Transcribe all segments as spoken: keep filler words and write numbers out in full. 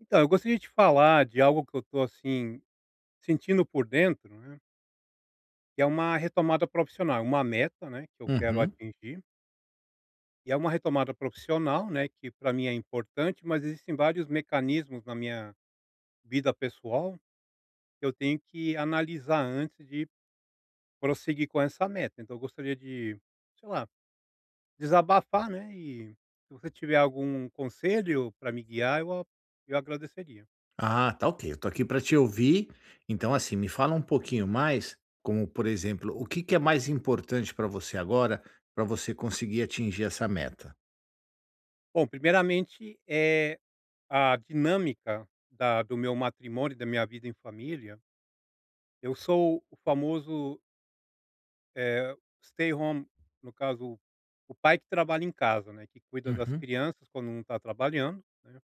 Então, eu gostaria de falar de algo que eu tô, assim, sentindo por dentro, né, que é uma retomada profissional, uma meta, né, que eu quero Uhum. atingir, e é uma retomada profissional, né, que para mim é importante, mas existem vários mecanismos na minha vida pessoal que eu tenho que analisar antes de prosseguir com essa meta. Então eu gostaria de, sei lá, desabafar, né, e se você tiver algum conselho para me guiar, eu a eu agradeceria. Ah, tá ok. Eu tô aqui para te ouvir. Então, assim, me fala um pouquinho mais, como por exemplo, o que que é mais importante para você agora, para você conseguir atingir essa meta? Bom, primeiramente, é a dinâmica da do meu matrimônio e da minha vida em família. Eu sou o famoso, eh, stay home, no caso, o pai que trabalha em casa, né, que cuida das Uhum. crianças quando não está trabalhando, né.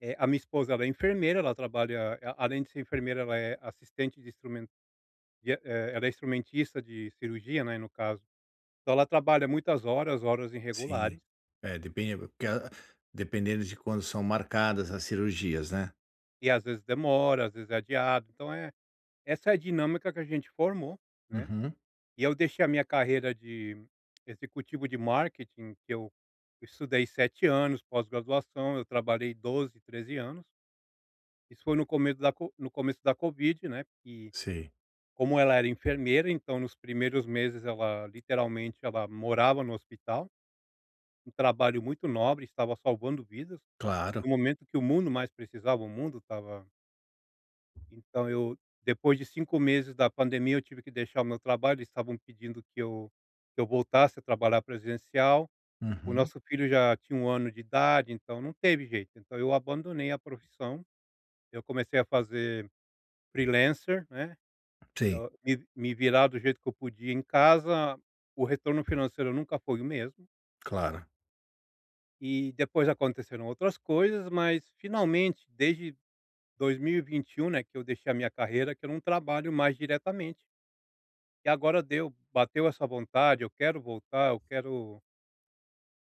Eh, a minha esposa, ela é enfermeira, ela trabalha a além de ser enfermeira, ela é assistente de instrumento de, eh, ela é instrumentista de cirurgia, né, no caso. Então ela trabalha muitas horas, horas Sim. irregulares, É, depende, porque a- dependendo de quando são marcadas as cirurgias, né? e às vezes demora, às vezes é adiado, então é essa é a dinâmica que a gente formou, né. Uhum. E eu deixei a minha carreira de executivo de marketing, que eu estudei sete anos, pós-graduação, eu trabalhei doze treze anos. Isso foi no começo da co no começo da covid, né, que Sim. como ela era enfermeira, então nos primeiros meses, ela literalmente ela morava no hospital, um trabalho muito nobre, estava salvando vidas, Claro. no momento que o mundo mais precisava, o mundo estava. Então eu, depois de cinco meses da pandemia, eu tive que deixar o meu trabalho. Eles estavam pedindo que eu que eu voltasse a trabalhar presencial. O Uhum. nosso filho já tinha um ano de idade, então não teve jeito. Então eu abandonei a profissão, eu comecei a fazer freelancer, né, Sim, eu me me virar do jeito que eu podia em casa, o retorno financeiro nunca foi o mesmo. claro. E depois aconteceram outras coisas, mas finalmente desde dois mil e vinte e um, né, que eu deixei a minha carreira, que eu não trabalho mais diretamente. E agora deu, bateu essa vontade, eu quero voltar, eu quero,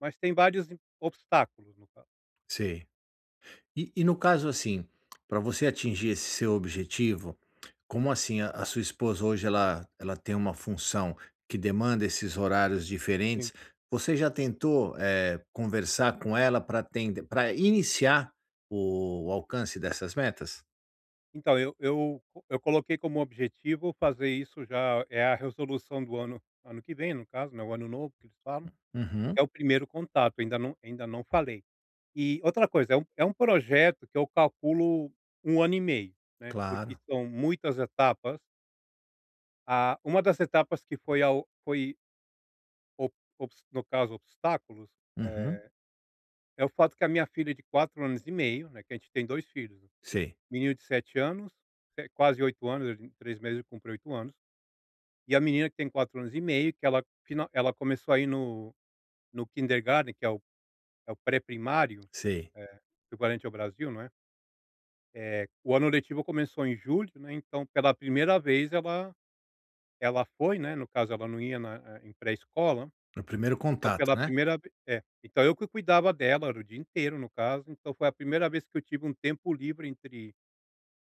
mas tem vários im obstáculos, no caso. Sim. E e no caso, assim, para você atingir esse seu objetivo, como assim, a a sua esposa hoje ela ela tem uma função que demanda esses horários Sim. diferentes, você já tentou, eh, conversar com ela para tende pra iniciar o o alcance dessas metas? Então eu eu co eu coloquei como objetivo fazer isso já é a resolução do ano ano que vem, no caso, né, o ano novo que eles falam, Uhum, é o primeiro contato, ainda não ainda não falei. E outra coisa, é um é um projeto que eu calculo um ano e meio, né, porque claro. são muitas etapas. A Uma das etapas que foi ao foi ob obs no caso obstáculos, Uhum. eh é o fato que a minha filha é de quatro anos e meio, né, que a gente tem dois filhos, né, Sei, menino de sete anos, eh, quase oito anos, ele em três meses ele cumpre oito anos, e a menina que tem quatro anos e meio, que ela final ela começou aí ir no no kindergarten, que é o é o pré-primário, sei. eh, equivalente ao Brasil, não é. Eh, o ano letivo começou em julho, né, então pela primeira vez ela ela foi, né, no caso ela não ia na eh, em pré-escola. No primeiro Então contato, pela né? primeira ve É, então eu que cuidava dela, era o dia inteiro, no caso, então foi a primeira vez que eu tive um tempo livre entre,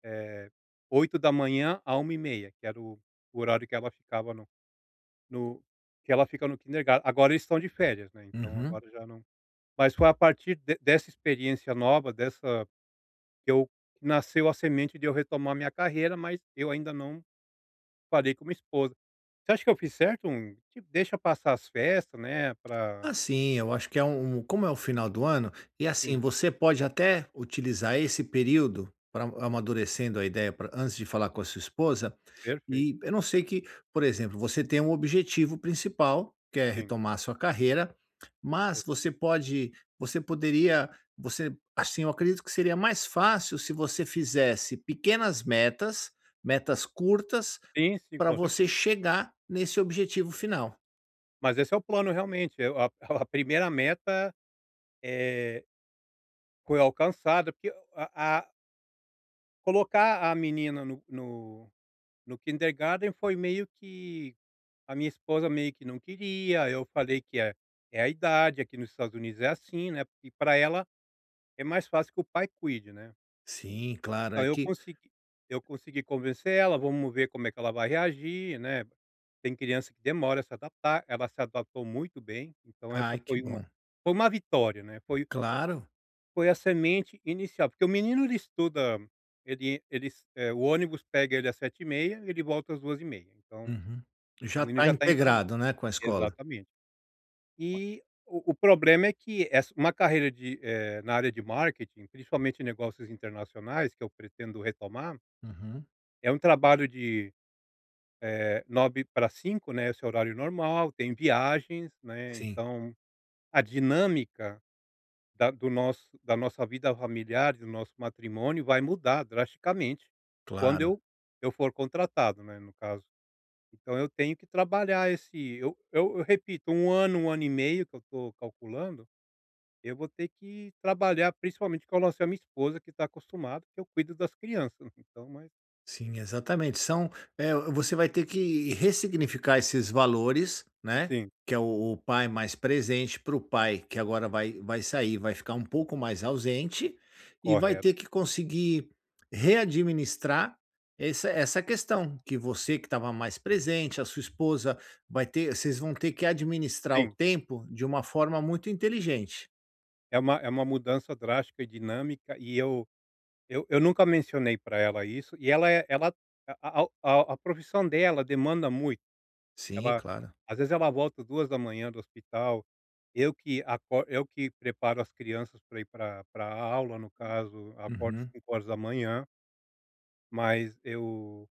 eh, oito da manhã a uma e meia, que era o o horário que ela ficava no no que ela fica no kindergarten. Agora eles estão de férias, né, então Uhum. agora já não. Mas foi a partir de dessa experiência nova, dessa que eu nasceu a semente de eu retomar minha carreira, mas eu ainda não falei com minha esposa. Você acha que eu fiz certo? Um, Tipo, deixa passar as festas, né, pra. Assim, eu acho que é um um- como é o final do ano, e Sim, assim, você pode até utilizar esse período pra amadurecendo a ideia pra antes de falar com a sua esposa. E perfeito, eu não sei que, por exemplo, você tem um objetivo principal, que é sim, retomar a sua carreira, mas exato. você pode, você poderia, você assim, eu acredito que seria mais fácil se você fizesse pequenas metas, metas curtas, Sim, sim, para com você certeza. chegar nesse objetivo final. Mas esse é o plano, realmente. Eu a a primeira meta, eh, foi alcançada, porque a a colocar a menina no no no kindergarten foi meio que, a minha esposa meio que não queria, eu falei que é é a idade, aqui nos Estados Unidos é assim, né, e para ela é mais fácil que o pai cuide, né. Sim, claro, Então é eu que... consegui eu consegui convencer ela. Vamos ver como é que ela vai reagir, né. Tem criança que demora a se adaptar, ela se adaptou muito bem, então essa Ai, que foi uma, bom. foi uma vitória, né, foi Claro. foi a semente inicial, porque o menino ele estuda, ele ele eh, o ônibus pega ele às sete e meia, ele volta às duas e meia, então Uhum. o Já menino está já está encaminhado. integrado, né, com a escola. Exatamente. E o o problema é que essa uma carreira de, eh, na área de marketing, principalmente em negócios internacionais, que eu pretendo retomar, Uhum. é um trabalho de, Eh, nove para cinco, né, esse é o horário normal, tem viagens, né, Sim, então a dinâmica da do nosso da nossa vida familiar, do nosso matrimônio, vai mudar drasticamente quando claro. eu eu for contratado, né, no caso. Então eu tenho que trabalhar esse eu eu eu repito, um ano, um ano e meio que eu estou calculando, eu vou ter que trabalhar principalmente com a nossa minha esposa, que está acostumada que eu cuido das crianças, então mas Sim, exatamente. São, eh, você vai ter que ressignificar esses valores, né, sim, que é o o pai mais presente para o pai que agora vai vai sair, vai ficar um pouco mais ausente, e vai correto. ter que conseguir readministrar essa essa questão, que você que estava mais presente, a sua esposa vai ter, vocês vão ter que administrar o Sim. tempo de uma forma muito inteligente. É uma é uma mudança drástica e dinâmica e eu eu eu nunca mencionei para ela isso, e ela é ela a a a a profissão dela demanda muito, Sim, ela claro. às vezes ela volta duas da manhã do hospital. Eu que acor eu que preparo as crianças para ir para a aula, no caso, acordo Uhum. cinco horas da manhã, mas eu,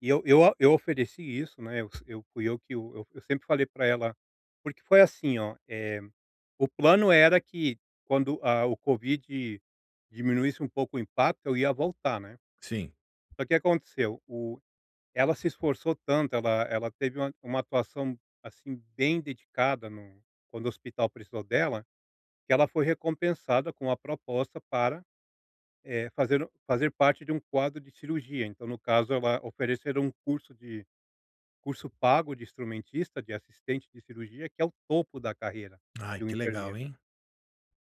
e eu eu eu ofereci isso, né, eu eu fui eu que o eu eu sempre falei para ela, porque foi assim, ó, eh, o plano era que quando a o Covid diminuísse um pouco o impacto, eu ia voltar, né. Sim. Só que aconteceu, o ela se esforçou tanto, ela ela teve uma uma atuação, assim, bem dedicada, no quando o hospital precisou dela, que ela foi recompensada com a proposta para, eh, fazer fazer parte de um quadro de cirurgia. Então, no caso, ela ofereceram um curso de curso pago de instrumentista, de assistente de cirurgia, que é o topo da carreira Ai, de um que legal, enfermeiro. hein.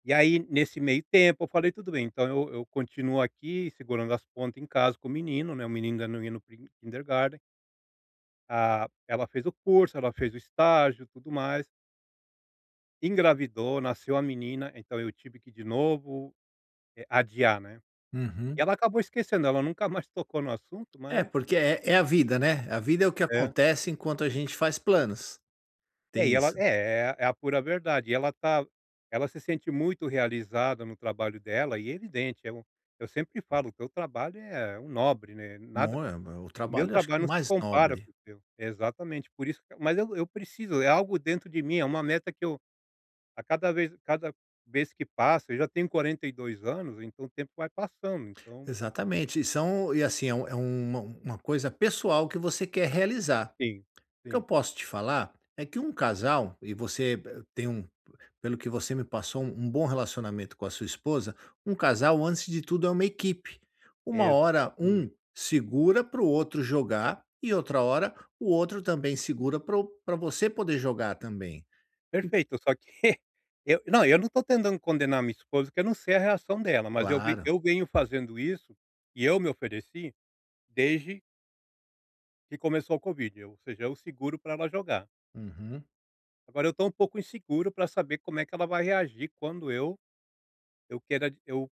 E aí, nesse meio tempo, eu falei: "Tudo bem, então eu eu continuo aqui segurando as pontas em casa com o menino, né". O menino ainda não ia no prin kindergarten. Ah, ela fez o curso, ela fez o estágio, tudo mais, engravidou, nasceu a menina, então eu tive que, de novo, eh, adiar, né. E Uhum. ela acabou esquecendo, ela nunca mais tocou no assunto, É, mas porque é é a vida, né. A vida é o que é. acontece enquanto a gente faz planos. É, Tem e ela isso. é, é é a pura verdade. E ela tá ela se sente muito realizada no trabalho dela, e é evidente, eu eu sempre falo: que o trabalho é um nobre, né, nada, Bom, é o o meu trabalho, acho trabalho que é não se mais compara com nobre. o teu. Exatamente, por isso que, mas eu eu preciso, é algo dentro de mim, é uma meta que eu, a cada vez cada vez que passa, eu já tenho quarenta e dois anos, então o tempo vai passando, então Exatamente. E são, e assim, é um, é uma uma coisa pessoal que você quer realizar. sim, O que eu sim, posso te falar é que um casal e você, eh, tem um... Pelo que você me passou, um um bom relacionamento com a sua esposa, um casal, antes de tudo, é uma equipe. Uma hora um exatamente. segura para o outro jogar, e outra hora o outro também segura para você poder jogar também. Perfeito, só que eu não, eu não estou tentando condenar minha esposa, porque eu não sei a reação dela, mas eu ven Claro. eu venho fazendo isso, e eu me ofereci desde que começou o Covid, ou seja, eu seguro para ela jogar. Uhum. Agora eu estou um pouco inseguro para saber como é que ela vai reagir quando eu eu queira eu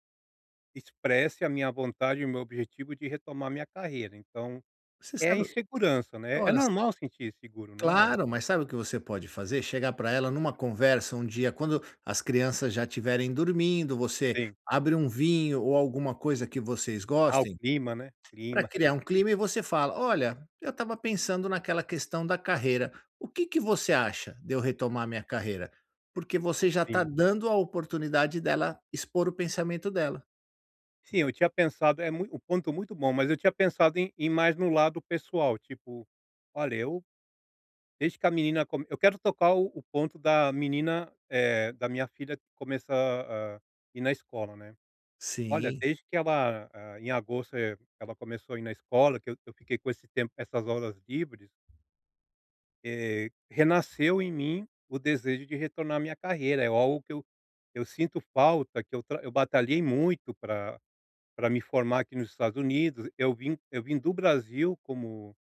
expresse a minha vontade e o meu objetivo de retomar minha carreira, então Você é a sabe, insegurança, né. É olha, s- normal sentir seguro, não é? claro, mas sabe o que você pode fazer? Chegar para ela numa conversa um dia, quando as crianças já estiverem dormindo, você Sim. abre um vinho ou alguma coisa que vocês Ah, o gostem. clima, né, Para clima, criar um clima e você fala: "Olha, eu estava pensando naquela questão da carreira. O que que você acha de eu retomar minha carreira?" Porque você já está sim. dando a oportunidade dela expor o pensamento dela. Sim, eu tinha pensado é mui um ponto muito bom, mas eu tinha pensado em em mais no lado pessoal, tipo, olha, eu, desde que a menina come eu quero tocar o o ponto da menina, eh, da minha filha começar a ir na escola, né. Olha, Sim. desde que ela, ah, em agosto, eh, ela começou a ir na escola, que eu eu fiquei com esse tempo essas horas livres, eh, renasceu em mim o desejo de retornar à minha carreira, é algo que eu eu sinto falta, que eu tra eu batalhei muito pra para me formar aqui nos Estados Unidos. Eu vim eu vim do Brasil como,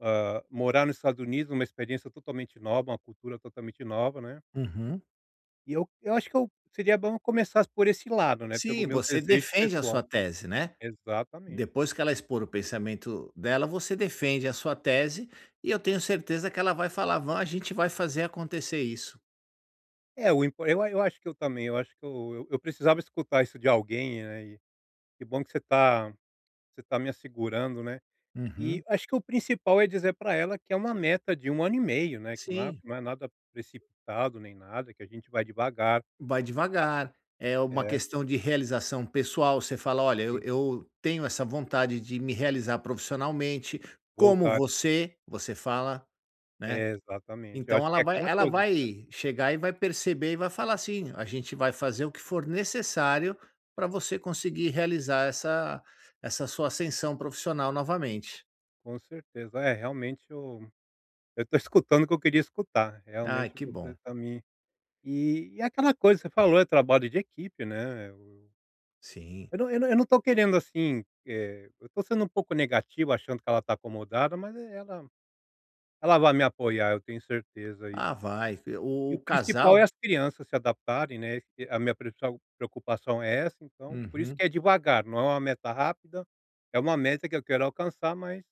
hã, morar nos Estados Unidos, uma experiência totalmente nova, uma cultura totalmente nova, né. Uhum. E eu eu acho que eu seria bom começar por esse lado, né, pelo Sim, meu você desejo defende a pessoal. sua tese, né. Exatamente. Depois que ela expor o pensamento dela, você defende a sua tese, e eu tenho certeza que ela vai falar: "Vã, a gente vai fazer acontecer isso." É, o impo eu eu acho que eu também, eu acho que eu eu eu precisava escutar isso de alguém, né, e que bom que você tá você tá me assegurando, né. E Uhum. acho que o principal é dizer para ela que é uma meta de um ano e meio, né, que não é Sim. não é nada precipitado nem nada, que a gente vai devagar. Vai devagar, é uma É, questão de realização pessoal, você fala: "Olha, eu sim, eu tenho essa vontade de me realizar profissionalmente, como voltaram. você", você fala, né, É, exatamente. Eu então acho ela que é vai, aquela ela coisa, vai chegar e vai perceber e vai falar assim: "A gente vai fazer o que for necessário para você conseguir realizar essa essa sua ascensão profissional novamente". com certeza. É, realmente eu eu tô escutando o que eu queria escutar, Ai, realmente que você bom. tá me, e e é aquela coisa, que você falou, é trabalho de equipe, né, eu Sim. eu não eu não eu não estou querendo, assim, eh, eu tô sendo um pouco negativo, achando que ela tá acomodada, mas ela ela vai me apoiar, eu tenho certeza aí. Ah, vai. E O o o principal é casal... as crianças se adaptarem, né, e a minha principal preocupação é essa, então por isso que Uhum. é devagar, não é uma meta rápida, é uma meta que eu quero alcançar, mas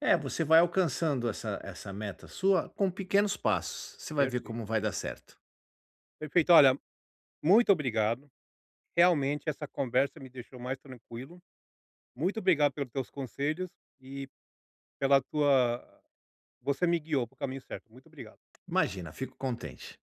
É, você vai alcançando essa essa meta sua com pequenos passos. Você vai ver perfeito. como vai dar certo. Perfeito, olha, muito obrigado, realmente essa conversa me deixou mais tranquilo, muito obrigado pelos teus conselhos e pela tua, você me guiou para o caminho certo, muito obrigado. Imagina, fico contente.